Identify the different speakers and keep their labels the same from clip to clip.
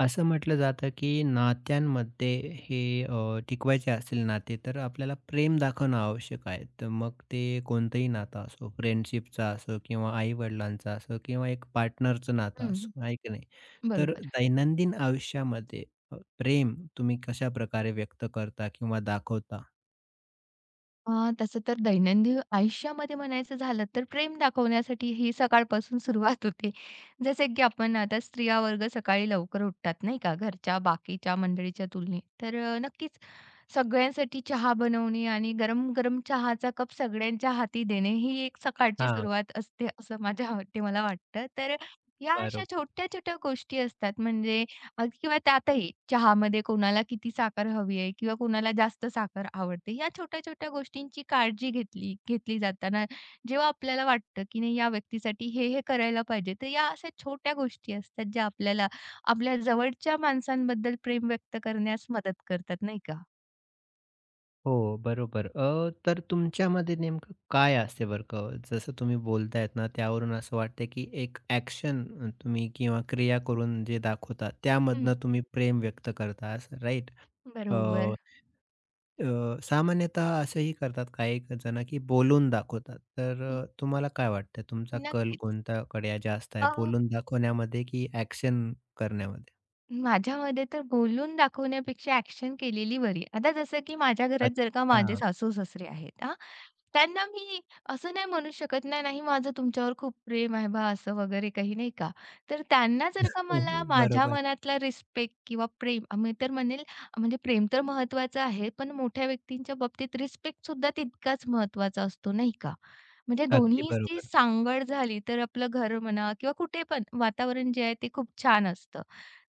Speaker 1: असं म्हटलं जातं, की नात्यांमध्ये हे टिकवायचे असतील नाते, तर आपल्याला प्रेम दाखवणं आवश्यक आहे. तर मग ते कोणतंही नातं असो, फ्रेंडशिपचं असो किंवा आई-वडिलांचं असो किंवा एक पार्टनरचं नातं
Speaker 2: हं,
Speaker 1: असो, आहे की नाही? तर
Speaker 2: बरोबर.
Speaker 1: दैनंदिन आयुष्यामध्ये प्रेम तुम्ही कशाप्रकारे व्यक्त करता किंवा दाखवता?
Speaker 2: तसं तर दैनंदिन आयुष्यामध्ये म्हणायचं झालं तर प्रेम दाखवण्यासाठी ही सकाळपासून सुरुवात होते. जसे की आपण आता स्त्रिया वर्ग सकाळी लवकर उठतात नाही का, घरच्या बाकीच्या मंडळीच्या तुलनेत. तर नक्कीच सगळ्यांसाठी चहा बनवणे आणि गरम-गरम चहाचा कप सगळ्यांच्या हाती देणे ही एक सकाळची
Speaker 1: हां,
Speaker 2: सुरुवात असते, असं माझ्या मते मला वाटतं. तर या अशा
Speaker 1: बरोबर.
Speaker 2: छोट्या-छोट्या गोष्टी असतात, म्हणजे अग, किंवा त्यातही चहामध्ये कोणाला किती साखर हवी आहे किंवा कोणाला जास्त साखर आवडते, या छोट्या-छोट्या गोष्टींची काळजी घेतली घेतली जाताना जेव्हा आपल्याला वाटतं, की नाही या व्यक्तीसाठी हे करायला पाहिजे. तर या अशा छोट्या गोष्टी असतात ज्या आपल्याला आपल्या जवळच्या माणसांबद्दल प्रेम व्यक्त करण्यास मदत करतात, नाही का?
Speaker 1: हो, बरोबर. तर तुमच्यामध्ये नेमकं काय असते बरं का? जसं तुम्ही बोलतायत ना, त्यावरून असं वाटतंय की एक ॲक्शन तुम्ही किंवा क्रिया करून जे दाखवता,
Speaker 2: हं,
Speaker 1: त्यामधनं तुम्ही प्रेम व्यक्त करता, असं राईट?
Speaker 2: बरोबर.
Speaker 1: अ,
Speaker 2: बरोबर.
Speaker 1: अ, सामान्यतः असंही करतात काही जण की बोलून दाखवतात. तर तुम्हाला काय वाटतं, तुमचा कल
Speaker 2: नक्कीच.
Speaker 1: कोणत्याकडे जास्त आहे? बोलून दाखवण्यामध्ये की ॲक्शन करण्यामध्ये?
Speaker 2: माझ्यामध्ये तर बोलून दाखवण्यापेक्षा ॲक्शन केलेली बरी. आता जसं की माझ्या घरात जर का माझे
Speaker 1: अच्छा.
Speaker 2: सासू-सासरे आहेत हां, त्यांना मी असं नाही म्हणू शकत, नाही, नाही माझं तुमच्यावर खूप प्रेम आहे बा असं वगैरे काही नाही का. तर त्यांना जर का मला माझ्या
Speaker 1: बरोबर.
Speaker 2: मनातला रिस्पेक्ट किंवा प्रेम मी तर म्हणेल, म्हणजे प्रेम तर महत्त्वाचं आहे, पण मोठ्या व्यक्तींच्या बाबतीत रिस्पेक्ट सुद्धा तितकाच महत्त्वाचा असतो नाही का. म्हणजे
Speaker 1: अगदी
Speaker 2: दोन्हीची
Speaker 1: बरोबर.
Speaker 2: सांगड झाली तर आपलं घर म्हणा किंवा कुठे पण वातावरण जे आहे ते खूप छान असतं.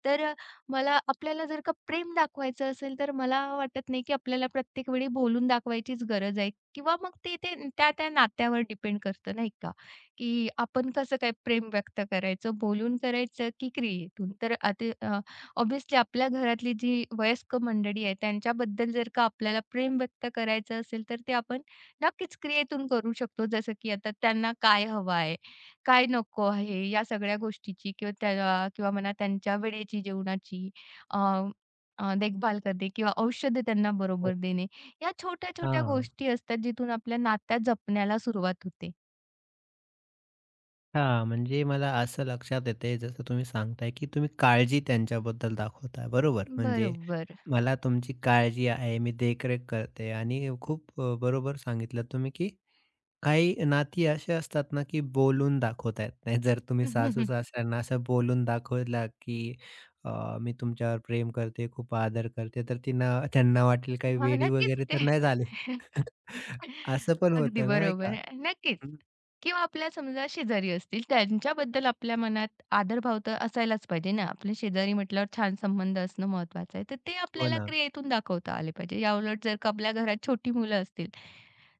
Speaker 2: तर मला, आपल्याला जर का प्रेम दाखवायचं असेल, तर मला वाटत नाही की आपल्याला प्रत्येक वेळी बोलून दाखवायचीच गरज आहे किंवा मग ते ते त्या-त्या नात्यावर डिपेंड करतं नाही का, की आपण कसं काय प्रेम व्यक्त करायचं, बोलून करायचं की क्रियेतून. तर आता ऑब्व्हियसली आपल्या घरातली जी वयस्क मंडळी आहे, त्यांच्याबद्दल जर का आपल्याला प्रेम व्यक्त करायचं असेल, तर ते आपण नक्कीच क्रियेतून करू शकतो. जसं की आता त्यांना काय हवं आहे? काय नको आहे या सगळ्या गोष्टीची किंवा त्या, किंवा म्हणा त्यांच्या वेळेची, जेवणाची, अ, अ, देखभाल करणे किंवा औषधं त्यांना बरोबर
Speaker 1: हो.
Speaker 2: देणे. या छोट्या-छोट्या
Speaker 1: हां.
Speaker 2: गोष्टी असतात जिथून आपल्या नात्या जपण्याला सुरुवात होते.
Speaker 1: हां, म्हणजे मला असं लक्षात येतंय जसं तुम्ही सांगताय, की तुम्ही काळजी त्यांच्याबद्दल दाखवताय, बरोबर. म्हणजे
Speaker 2: बरोबर.
Speaker 1: मला तुमची काळजी आहे, मी देखरेख करते आणि खूप बरोबर सांगितलं तुम्ही, की काही नाती असे असतात ना, की बोलून दाखवता येत नाही. जर तुम्ही सासू-सासऱ्यांना असं बोलून दाखवला, की मी तुमच्यावर प्रेम करते, खूप आदर करते, तर तिनं त्यांना वाटेल काही
Speaker 2: हां,
Speaker 1: वेडी
Speaker 2: नक्कीच
Speaker 1: वगैरे
Speaker 2: ते.
Speaker 1: तर नाही झाले. असं पण
Speaker 2: अगदी
Speaker 1: होतं ना, नाही
Speaker 2: बरोबर.
Speaker 1: का?
Speaker 2: नक्कीच.
Speaker 1: हं,
Speaker 2: किंवा आपल्या समजा शेजारी असतील, त्यांच्याबद्दल आपल्या मनात आदरभाव तर असायलाच पाहिजे ना. आपले शेजारी म्हटल्यावर छान संबंध असणं महत्त्वाचं आहे. तर ते
Speaker 1: हो
Speaker 2: आपल्याला
Speaker 1: ना.
Speaker 2: क्रियेतून दाखवता आले पाहिजे. याउलट जर का आपल्या घरात छोटी मुलं असतील,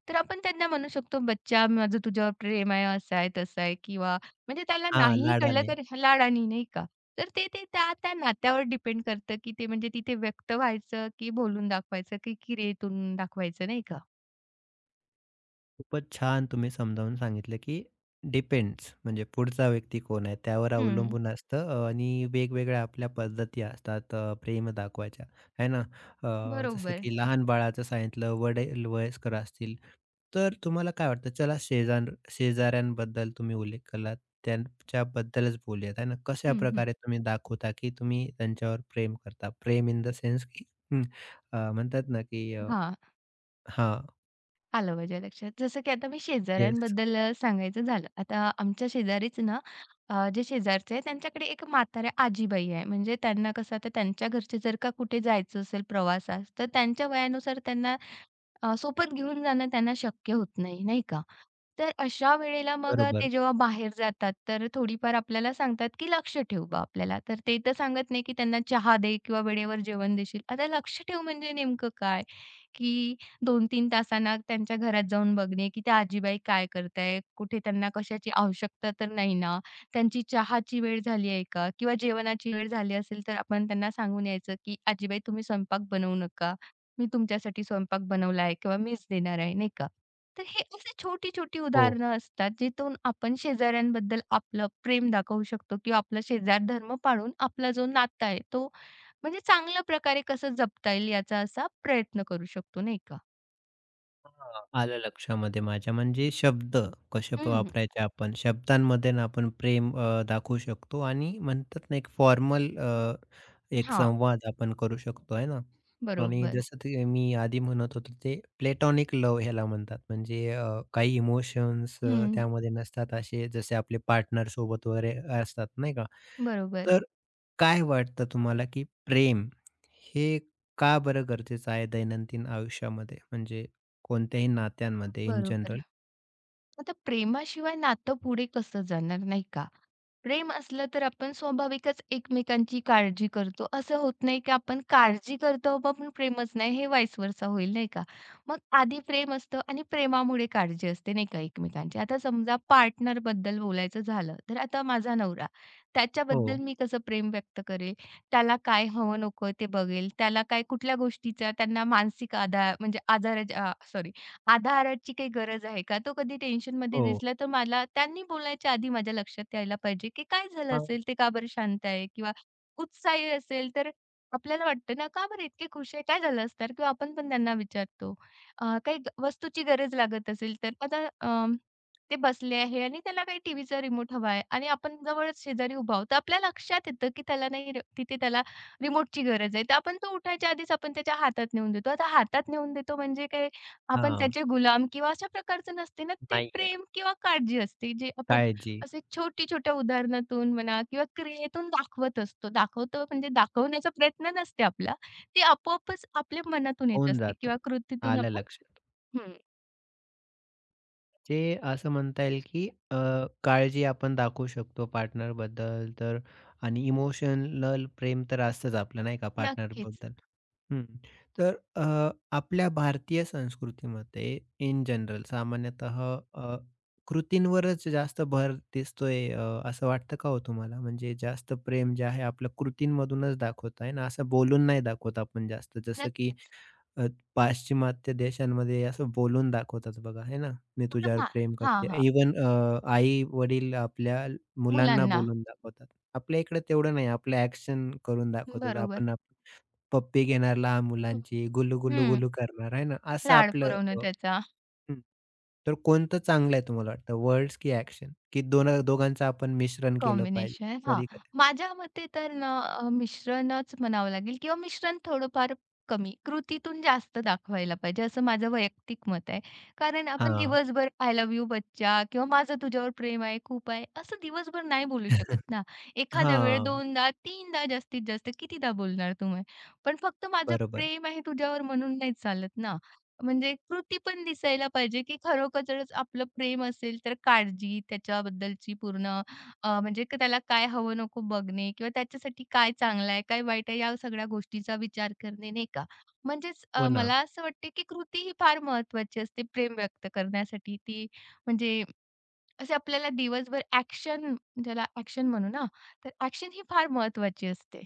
Speaker 2: तर आपण त्यांना म्हणू शकतो, "बच्चा, माझं तुझ्यावर प्रेम आहे, असं आहे, तसं आहे." किंवा म्हणजे त्याला
Speaker 1: हां,
Speaker 2: नाहीही कळलं
Speaker 1: लाडाने.
Speaker 2: तर लाडानी, नाही का? तर ते ते त्या त्या नात्यावर डिपेंड करतं, की ते, म्हणजे तिथे व्यक्त व्हायचं, की बोलून दाखवायचं, की क्रियेतून दाखवायचं, नाही का?
Speaker 1: खूपच छान तुम्ही समजावून सांगितलं, की डिपेंड्स म्हणजे पुढचा व्यक्ती कोण आहे त्यावर
Speaker 2: हं,
Speaker 1: अवलंबून असतं, आणि वेगवेगळ्या आपल्या पद्धती असतात प्रेम दाखवायच्या, आहे ना? जसं
Speaker 2: बरोबर.
Speaker 1: की लहान बाळाचं सांगितलं, वडील वयस्कर असतील. तर तुम्हाला काय वाटतं? चला शेजाऱ्यांबद्दल तुम्ही उल्लेख केलात, त्यांच्याबद्दलच बोलूयात, आहे ना?
Speaker 2: हं, हं.
Speaker 1: कशाप्रकारे तुम्ही दाखवता, की तुम्ही त्यांच्यावर प्रेम करता? प्रेम इन द सेन्स की हं, म्हणतात ना, की
Speaker 2: हां.
Speaker 1: हां,
Speaker 2: आलं माझ्या लक्षात. जसं की आता मी
Speaker 1: येस,
Speaker 2: शेजाऱ्यांबद्दल सांगायचं झालं. आता आमच्या शेजारीच ना, जे शेजारचे आहेत त्यांच्याकडे एक म्हाताऱ्या आजीबाई आहे. म्हणजे त्यांना कसं, आता त्यांच्या घरचे जर का कुठे जायचं असेल प्रवासास, तर त्यांच्या वयानुसार त्यांना सोबत घेऊन जाणं त्यांना शक्य होत नाही, नाही का? तर अशा वेळेला मग
Speaker 1: बरोबर.
Speaker 2: ते जेव्हा बाहेर जातात, तर थोडीफार आपल्याला सांगतात, की "लक्ष ठेव बा आपल्याला." तर ते तर सांगत नाही, की त्यांना चहा दे किंवा वेळेवर जेवण देशील. आता लक्ष ठेव म्हणजे नेमकं काय? की दोन तीन तासांना त्यांच्या घरात जाऊन बघणे, की त्या आजीबाई काय करतायत? कुठे त्यांना कशाची आवश्यकता तर नाही ना? त्यांची चहाची वेळ झाली आहे का? किंवा जेवणाची वेळ झाली असेल, तर आपण त्यांना सांगून यायचं, की "आजीबाई तुम्ही स्वयंपाक बनवू नका. मी तुमच्यासाठी स्वयंपाक बनवला आहे किंवा मीच देणार आहे." नाही का? तर हे अशी छोटी-छोटी
Speaker 1: हो.
Speaker 2: उदाहरणं असतात, जिथून आपण शेजाऱ्यांबद्दल आपलं प्रेम दाखवू शकतो किंवा आपला शेजार धर्म पाळून आपला जो नाता आहे, तो म्हणजे चांगल्या प्रकारे कसं जपता येईल याचा असा प्रयत्न करू शकतो, नाही का?
Speaker 1: हां. आलं लक्षामध्ये माझ्या. म्हणजे शब्द कसे
Speaker 2: हं, हं.
Speaker 1: वापरायचे हां. आपण. शब्दांमध्ये ना आपण प्रेम दाखवू शकतो आणि म्हणतात ना, एक फॉर्मल एक संवाद आपण करू शकतो आहे ना. आणि
Speaker 2: बरोबर.
Speaker 1: जसं ते मी आधी म्हणत होतो ते प्लेटॉनिक लव ह्याला म्हणतात. म्हणजे काही इमोशन्स
Speaker 2: हं,
Speaker 1: त्यामध्ये नसतात असे जसे आपले पार्टनर सोबत वगैरे असतात नाही का.
Speaker 2: बरोबर,
Speaker 1: तर काय वाटतं तुम्हाला, की प्रेम हे का बरं गरजेचं आहे दैनंदिन आयुष्यामध्ये? म्हणजे कोणत्याही नात्यांमध्ये इन
Speaker 2: बरोबर.
Speaker 1: जनरल.
Speaker 2: आता प्रेमाशिवाय नातं पुढे कसं जाणार, नाही का? प्रेम असलं तर आपण स्वाभाविकच एकमेकांची काळजी करतो. असं होत नाही की आपण काळजी करतो पण आपण प्रेमच नाही, हे व्हाईस वर्सा होईल नाही का? मग आधी प्रेम असतं आणि प्रेमामुळे काळजी असते नाही का एकमेकांची. आता समजा पार्टनरबद्दल बोलायचं झालं, तर आता माझा नवरा, त्याच्याबद्दल
Speaker 1: हो,
Speaker 2: मी कसं प्रेम व्यक्त करेल? त्याला काय हवं नको ते बघेल. त्याला काय कुठल्या गोष्टीचा, त्यांना मानसिक आधार, म्हणजे आजार आधाराची काही गरज आहे का? तो कधी टेन्शनमध्ये
Speaker 1: हो.
Speaker 2: दिसला तर मला त्यांनी बोलायच्या आधी माझ्या लक्षात यायला पाहिजे, की काय झालं
Speaker 1: हां,
Speaker 2: असेल? ते का बरं शांत आहे? किंवा उत्साही असेल तर आपल्याला वाटतं ना, का बरं इतके खुश आहे? काय झालं असणार? किंवा आपण पण त्यांना विचारतो. काही वस्तूची गरज लागत असेल तर आता ते बसले आहे आणि त्याला काही टीव्हीचा रिमोट हवा आहे आणि आपण जवळच शेजारी उभा आहोत. तर आपल्या लक्षात येतं, की त्याला, नाही तिथे त्याला रिमोटची गरज आहे. तर आपण तो उठायच्या आधीच आपण त्याच्या हातात नेऊन देतो. आता हातात नेऊन देतो म्हणजे काय आपण
Speaker 1: हां.
Speaker 2: त्याचे गुलाम किंवा अशा प्रकारचं नसते ना, ते
Speaker 1: नाहीये.
Speaker 2: प्रेम किंवा काळजी असते, जे आपण
Speaker 1: काळजी
Speaker 2: असे छोटी-छोट्या उदाहरणातून म्हणा किंवा क्रियेतून दाखवत असतो. दाखवतो म्हणजे दाखवण्याचा प्रयत्न नसते आपला. ते आपोआपच आपल्या मनातून येत
Speaker 1: होऊन
Speaker 2: असते
Speaker 1: जातं.
Speaker 2: किंवा कृतीतून
Speaker 1: आलं
Speaker 2: आपण.
Speaker 1: लक्षात.
Speaker 2: हं.
Speaker 1: जे असं म्हणता येईल, की काळजी आपण दाखवू शकतो पार्टनरबद्दल तर आणि इमोशनल प्रेम तर असतंच आपलं नाही का
Speaker 2: नक्कीच,
Speaker 1: पार्टनरबद्दल. हं. तर आपल्या भारतीय संस्कृतीमध्ये इन जनरल सामान्यतः अ, कृतींवरच जास्त भर दिसतोय, असं वाटतं का हो तुम्हाला? म्हणजे जास्त प्रेम जे आहे आपलं कृतींमधूनच दाखवत आहे ना, असं बोलून नाही दाखवत आपण जास्त. जसं की
Speaker 2: नक्कीच.
Speaker 1: अ, पाश्चिमात्य देशांमध्ये असं बोलून दाखवतात बघा, आहे ना, "मी
Speaker 2: तर
Speaker 1: तुझ्यावर प्रेम
Speaker 2: हां,
Speaker 1: करते."
Speaker 2: हां.
Speaker 1: इव्हन आई-वडील आपल्या मुलांना
Speaker 2: मुलांना.
Speaker 1: बोलून दाखवतात. आपल्या इकडे तेवढं नाही, आपलं ॲक्शन करून दाखवतात.
Speaker 2: बरोबर.
Speaker 1: आपण पप्पी घेणार लहान
Speaker 2: हं.
Speaker 1: मुलांची, गुल्लू, गुल्लू,
Speaker 2: हं.
Speaker 1: गुल्लू करणार आहे ना, असं
Speaker 2: लाड
Speaker 1: आपलं
Speaker 2: पुरवणं त्याचा.
Speaker 1: हं. तर कोणतं चांगलं आहे तुम्हाला वाटतं वर्ड्स की ॲक्शन? की दोघांचं आपण मिश्रण केलं पाहिजे
Speaker 2: कॉम्बिनेशन. हां.
Speaker 1: कधी-कधी?
Speaker 2: माझ्या मते तर ना, मिश्रणच म्हणावं लागेल किंवा मिश्रण थोडंफार कमी, कृतीतून जास्त दाखवायला पाहिजे, असं माझं वैयक्तिक मत आहे. कारण आपण
Speaker 1: हां.
Speaker 2: दिवसभर "आय लव्ह यू बच्चा" किंवा "माझं तुझ्यावर प्रेम आहे, खूप आहे" असं दिवसभर नाही बोलू शकत ना. एखाद्या वेळेस
Speaker 1: हां.
Speaker 2: 2दा, 3दा, जास्तीत जास्त कितीदा बोलणार तुम्ही? पण फक्त माझं
Speaker 1: बरोबर.
Speaker 2: प्रेम आहे तुझ्यावर म्हणून नाही चालत ना. म्हणजे कृती पण दिसायला पाहिजे, की खरोखरच आपलं प्रेम असेल तर काळजी, त्याच्याबद्दलची पूर्ण, म्हणजे त्याला काय हवं नको बघणे किंवा त्याच्यासाठी काय चांगलं आहे, काय वाईट आहे, या सगळ्या गोष्टीचा विचार करणे, नाही का? म्हणजेच
Speaker 1: हो ना.
Speaker 2: मला असं वाटते, की कृती ही फार महत्त्वाची असते प्रेम व्यक्त करण्यासाठी. ती, म्हणजे असे आपल्याला दिवसभर ॲक्शन, ज्याला ॲक्शन म्हणू ना, तर ॲक्शन ही फार महत्त्वाची असते.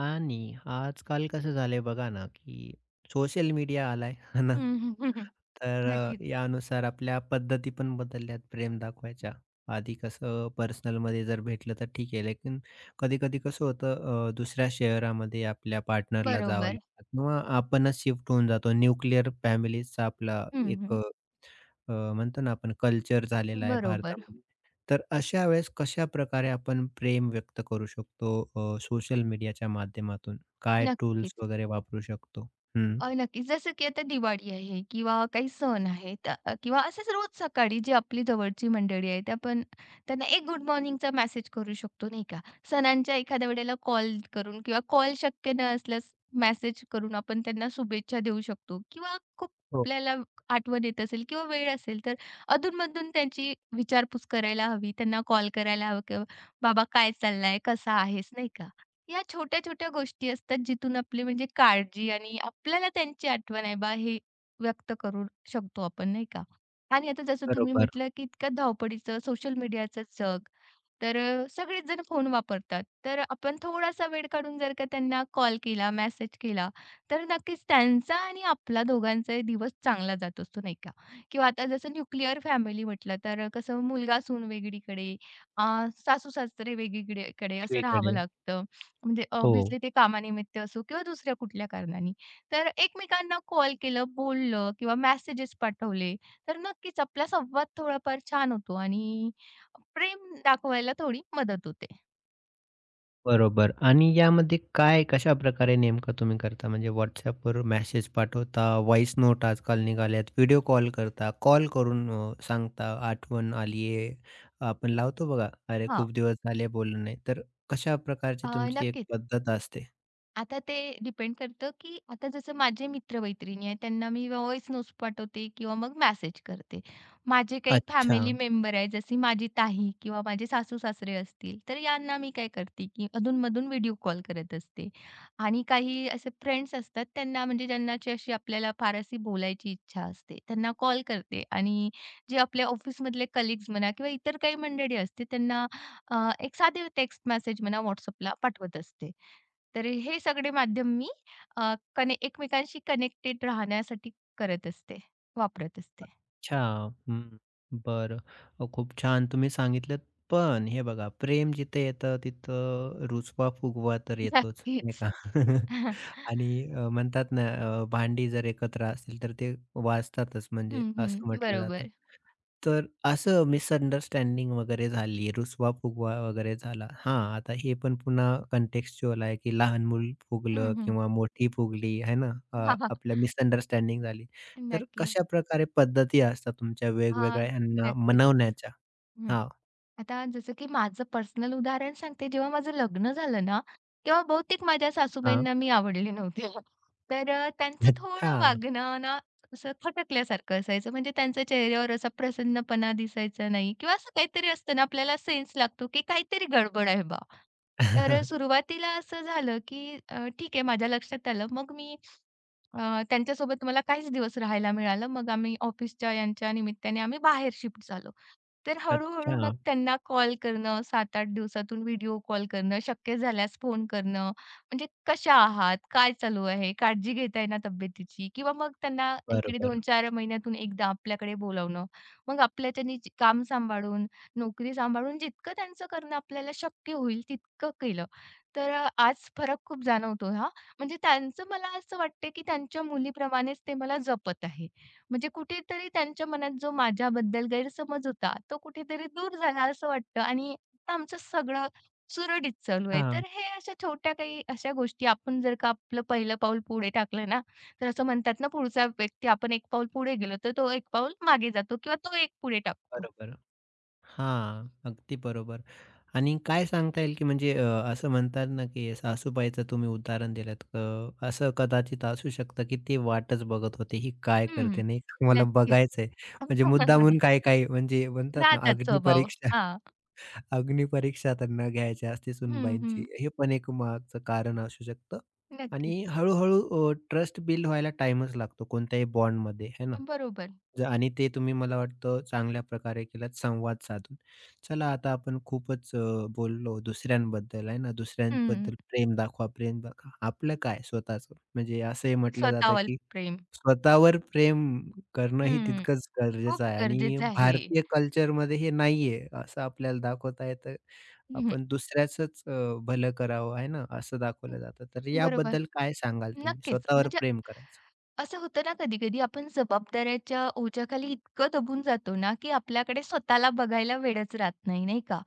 Speaker 1: आणि आजकाल कसं झालंय बघा ना, की सोशल मीडिया आलाय, है ना?
Speaker 2: हं, हं, हं,
Speaker 1: तर
Speaker 2: नक्कीच.
Speaker 1: यानुसार आपल्या पद्धती पण बदलल्यात प्रेम दाखवायच्या. आधी कसं पर्सनलमध्ये जर भेटलं तर ठीक आहे, लेकिन कधी-कधी कसं होतं, दुसऱ्या शहरामध्ये आपल्या पार्टनरला जावं
Speaker 2: बरोबर.
Speaker 1: लागतं किंवा आपणच शिफ्ट होऊन जातो. न्यूक्लिअर फॅमिलीजचा आपला
Speaker 2: हं,
Speaker 1: एक
Speaker 2: हं.
Speaker 1: अ, अ, म्हणतो ना आपण कल्चर झालेला आहे
Speaker 2: बरोबर.
Speaker 1: भारतामध्ये. तर अशा वेळेस कशाप्रकारे आपण प्रेम व्यक्त करू शकतो सोशल मीडियाच्या माध्यमातून? काय टूल्स
Speaker 2: नक्कीच.
Speaker 1: वगैरे वापरू शकतो? हं.
Speaker 2: नक्कीच. जसं की आता दिवाळी आहे किंवा काही सण आहेत, किंवा असंच रोज सकाळी जी आपली जवळची मंडळी आहेत, आपण त्यांना एक गुड मॉर्निंगचा मेसेज करू शकतो, नाही का? सणांच्या एखाद्या वेळेला कॉल करून किंवा कॉल शक्य न असल्यास मेसेज करून आपण त्यांना शुभेच्छा देऊ शकतो किंवा खूप
Speaker 1: हो,
Speaker 2: आपल्याला आठवण येत असेल किंवा वेळ असेल, तर अधूनमधून त्यांची विचारपूस करायला हवी, त्यांना कॉल करायला हवं, किंवा "बाबा काय चाललंय? कसा आहेस?" नाही का? या छोट्या-छोट्या गोष्टी असतात, जिथून आपली म्हणजे काळजी आणि आपल्याला त्यांची आठवण आहे बा, हे व्यक्त करू शकतो आपण, नाही का? आणि आता जसं तुम्ही
Speaker 1: बरोबर.
Speaker 2: म्हटलं, की इतक्या धावपळीचं सोशल मीडियाचं जग, तर सगळेच जण फोन वापरतात. तर आपण थोडासा वेळ काढून जर का त्यांना कॉल केला, मेसेज केला, तर नक्कीच त्यांचा आणि आपला दोघांचाही दिवस चांगला जात असतो, नाही का? किंवा आता जसं न्यूक्लिअर फॅमिली म्हटलं, तर कसं मुलगा-सून वेगळीकडे, सासू-सासरे वेगळीकडे असं राहावं
Speaker 1: वेगवेगळे.
Speaker 2: लागतं. म्हणजे
Speaker 1: हो,
Speaker 2: ऑब्व्हियसली ते कामानिमित्त असो किंवा दुसऱ्या कुठल्या कारणाने. तर एकमेकांना कॉल केलं, बोललं किंवा मेसेजेस पाठवले, तर नक्कीच आपला संवाद थोडाफार छान होतो आणि प्रेम दाखवायला थोडी मदत होते.
Speaker 1: बरोबर. आणि यामध्ये काय कशाप्रकारे नेमकं तुम्ही करता? म्हणजे WhatsAppवर मेसेज पाठवता, व्हॉइस नोट आजकाल निघाल्यात, व्हिडिओ कॉल करता, कॉल करून सांगता, "आठवण आली आपण लावतो बघा, अरे
Speaker 2: हां,
Speaker 1: खूप दिवस झाले बोललो नाही." तर कशा
Speaker 2: अ,
Speaker 1: प्रकारची तुमची एक
Speaker 2: नक्कीच.
Speaker 1: पद्धत असते?
Speaker 2: आता ते डिपेंड करतं, की आता जसं माझे मित्र-मैत्रिणी आहेत, त्यांना मी व्हॉइस नोट्स पाठवते किंवा मग मेसेज करते. माझे काही
Speaker 1: अच्छा.
Speaker 2: फॅमिली मेंबर आहे, जशी माझी ताई किंवा माझे सासू-सासरे असतील, तर यांना मी काय करते, की अधून-मधून व्हिडिओ कॉल करत असते. आणि काही असे फ्रेंड्स असतात, त्यांना, म्हणजे ज्यांनाची अशी आपल्याला फार अशी बोलायची इच्छा असते, त्यांना कॉल करते. आणि जे आपल्या ऑफिसमधले कलीग्स म्हणा किंवा इतर काही मंडळी असते, त्यांना एक साधे टेक्स्ट मेसेज म्हणा WhatsAppला पाठवत असते. तर हे सगळे माध्यम मी अ, कने एकमेकांशी कनेक्टेड राहण्यासाठी करत असते, वापरत असते.
Speaker 1: अच्छा. हं. बरं. खूप छान तुम्ही सांगितलंत. पण हे बघा प्रेम जिथे येतं तिथं रुसवा फुगवा तर येतोच, नाही
Speaker 2: नक्कीच.
Speaker 1: का? आणि म्हणतात ना, भांडी जर एकत्र असतील तर ते वाजतातच, म्हणजे
Speaker 2: हं,
Speaker 1: असं
Speaker 2: हं.
Speaker 1: म्हटलं जातं.
Speaker 2: बरोबर.
Speaker 1: तर असं मिसअंडरस्टँडिंग वगैरे झाली, रुसवा-फुगवा वगैरे झाला. हां, आता हे पण पुन्हा कॉन्टेक्स्चुअल आहे, की लहान मूल
Speaker 2: हं,
Speaker 1: फुगलं
Speaker 2: हं.
Speaker 1: किंवा मोठी फुगली है ना,
Speaker 2: हां, हां.
Speaker 1: आपल्या मिसअंडरस्टँडिंग झाली. तर
Speaker 2: नक्की.
Speaker 1: कशा प्रकारे पद्धती असतात तुमच्या
Speaker 2: हां,
Speaker 1: वेगवेगळ्या ह्यांना
Speaker 2: नक्कीच.
Speaker 1: मनवण्याच्या?
Speaker 2: हं.
Speaker 1: हां,
Speaker 2: आता जसं की माझं पर्सनल उदाहरण सांगते. जेव्हा माझं लग्न झालं ना, तेव्हा बहुतेक माझ्या
Speaker 1: हां.
Speaker 2: सासूबाईंना मी आवडले नव्हते. तर त्यांचं
Speaker 1: अच्छा.
Speaker 2: थोडं वागणं ना, असं खटकल्यासारखं असायचं. म्हणजे त्यांच्या चेहऱ्यावर असा प्रसन्नपणा दिसायचा नाही किंवा असं काहीतरी असतं ना, आपल्याला सेन्स लागतो की काहीतरी गडबड आहे बा. तर सुरुवातीला असं झालं की ठीक आहे माझ्या लक्षात आलं. मग मी त्यांच्यासोबत मला काहीच दिवस राहायला मिळालं. मग आम्ही ऑफिसच्या यांच्या निमित्ताने आम्ही बाहेर शिफ्ट झालो. तर हळू-हळू मग
Speaker 1: अच्छा.
Speaker 2: त्यांना कॉल करणं, 7-8 दिवसातून व्हिडिओ कॉल करणं, शक्य झाल्यास फोन करणं, म्हणजे कशा आहात? काय चालू आहे? काळजी घेताय ना तब्येतीची? किंवा मग त्यांना इकडे
Speaker 1: बरोबर.
Speaker 2: 2-4 महिन्यातून एकदा आपल्याकडे बोलावणं. मग आपल्याच्यानी जे काम सांभाळून, नोकरी सांभाळून जितकं त्यांचं करणं आपल्याला शक्य होईल तितकं केलं. तर आज फरक खूप जाणवतो हां. म्हणजे त्यांचं, मला असं वाटतं, की त्यांच्या मुलीप्रमाणेच ते मला जपत आहेत. म्हणजे कुठेतरी त्यांच्या मनात जो माझ्याबद्दल गैरसमज होता, तो कुठेतरी दूर झाला असं वाटतं आणि आता आमचं सगळं सुरळीत चालू आहे.
Speaker 1: हां,
Speaker 2: तर हे अशा छोट्या काही अशा गोष्टी, आपण जर का आपलं पहिलं पाऊल पुढे टाकलं ना, तर असं म्हणतात ना, पुढचा व्यक्ती, आपण एक पाऊल पुढे गेलो, तर तो एक पाऊल मागे जातो किंवा तो एक पुढे टाकतो.
Speaker 1: बरोबर. हां, अगदी बरोबर. आणि काय सांगता येईल, की म्हणजे असं म्हणतात ना, की सासूबाईचं तुम्ही उदाहरण दिलंत. असं कदाचित असू शकतं, की ते वाटच बघत होते, ही काय
Speaker 2: हं.
Speaker 1: करते नाही का, मला
Speaker 2: नक्कीच.
Speaker 1: बघायचंय. म्हणजे मुद्दामून काय-काय म्हणजे म्हणतात ना,
Speaker 2: राहतात स्वभाव.
Speaker 1: अग्निपरीक्षा.
Speaker 2: हां.
Speaker 1: अग्निपरीक्षा त्यांना घ्यायची असते
Speaker 2: हं, हं.
Speaker 1: सुनबाईंची. हे पण एक मागचं कारण असू शकतं.
Speaker 2: नक्कीच.
Speaker 1: आणि ट्रस्ट बिल्ड व्हायला टाईमच लागतो कोणत्याही बॉन्डमध्ये, है ना?
Speaker 2: बरोबर.
Speaker 1: आणि ते तुम्ही मला वाटतं चांगल्या प्रकारे केलात संवाद साधून. चला आता आपण खूपच बोललो दुसऱ्यांबद्दल आहे ना,
Speaker 2: हं.
Speaker 1: दुसऱ्यांबद्दल प्रेम दाखवा, प्रेम दाखवा. आपलं काय स्वतःचं? म्हणजे असंही म्हटलं जातं,
Speaker 2: स्वतःवर
Speaker 1: की
Speaker 2: प्रेम.
Speaker 1: स्वतःवर प्रेम करणं ही
Speaker 2: हं.
Speaker 1: तितकंच
Speaker 2: खूप
Speaker 1: गरजेचं आहे आणि
Speaker 2: गरजेचं आहे.
Speaker 1: भारतीय कल्चरमध्ये हे नाहीये असं आपल्याला दाखवता येतं.
Speaker 2: हम्म.
Speaker 1: आपण दुसऱ्याचंच भलं करावं आहे ना, असं दाखवलं जातं. तर
Speaker 2: हं, बरोबर.
Speaker 1: याबद्दल काय सांगाल तुम्ही
Speaker 2: नक्कीच.
Speaker 1: स्वतःवर
Speaker 2: म्हणजे
Speaker 1: प्रेम करायचं?
Speaker 2: असं होतं ना कधी-कधी, आपण जबाबदाऱ्याच्या ओझ्याखाली इतकं दबून जातो ना, की आपल्याकडे स्वतःला बघायला वेळच राहत नाही, नाही का?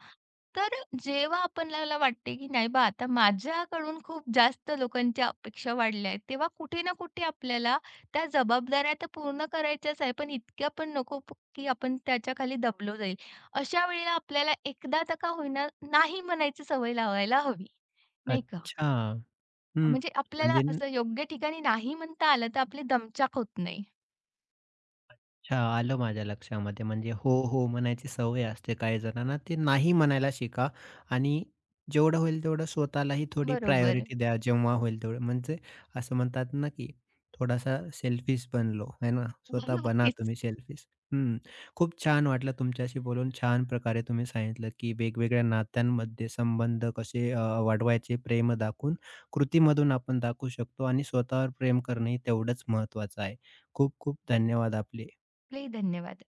Speaker 2: तर जेव्हा आपल्याला वाटते, की नाही बा आता माझ्याकडून खूप जास्त लोकांच्या अपेक्षा वाढल्या आहेत, तेव्हा कुठे ना कुठे आपल्याला त्या जबाबदाऱ्या तर पूर्ण करायच्याच आहे, पण इतक्या पण नको की आपण त्याच्याखाली दबलो जाईल. अशा वेळेला आपल्याला एकदा तर का होईना नाही म्हणायची सवय लावायला हवी, नाही का?
Speaker 1: अच्छा. हं.
Speaker 2: म्हणजे आपल्याला
Speaker 1: म्हणजे
Speaker 2: असं योग्य ठिकाणी नाही म्हणता आलं, तर आपली दमछाक होत नाही.
Speaker 1: अच्छा, आलं माझ्या लक्षामध्ये. म्हणजे हो, हो म्हणायची सवय असते काही जणांना. ते नाही म्हणायला शिका आणि जेवढं होईल तेवढं स्वतःलाही थोडी
Speaker 2: बरोबर.
Speaker 1: प्रायोरिटी द्या, जेव्हा होईल तेवढं. म्हणजे असं म्हणतात ना, की थोडासा सेल्फिश बनलो, है ना? स्वतः बना
Speaker 2: नक्कीच.
Speaker 1: तुम्ही सेल्फिश. हं. खूप छान वाटलं तुमच्याशी बोलून. छान प्रकारे तुम्ही सांगितलं, की वेगवेगळ्या नात्यांमध्ये संबंध कसे वाढवायचे प्रेम दाखवून. कृतीमधून आपण दाखवू शकतो आणि स्वतःवर प्रेम करणंही तेवढंच महत्त्वाचं आहे. खूप खूप धन्यवाद आपले.
Speaker 2: आपलेही धन्यवाद.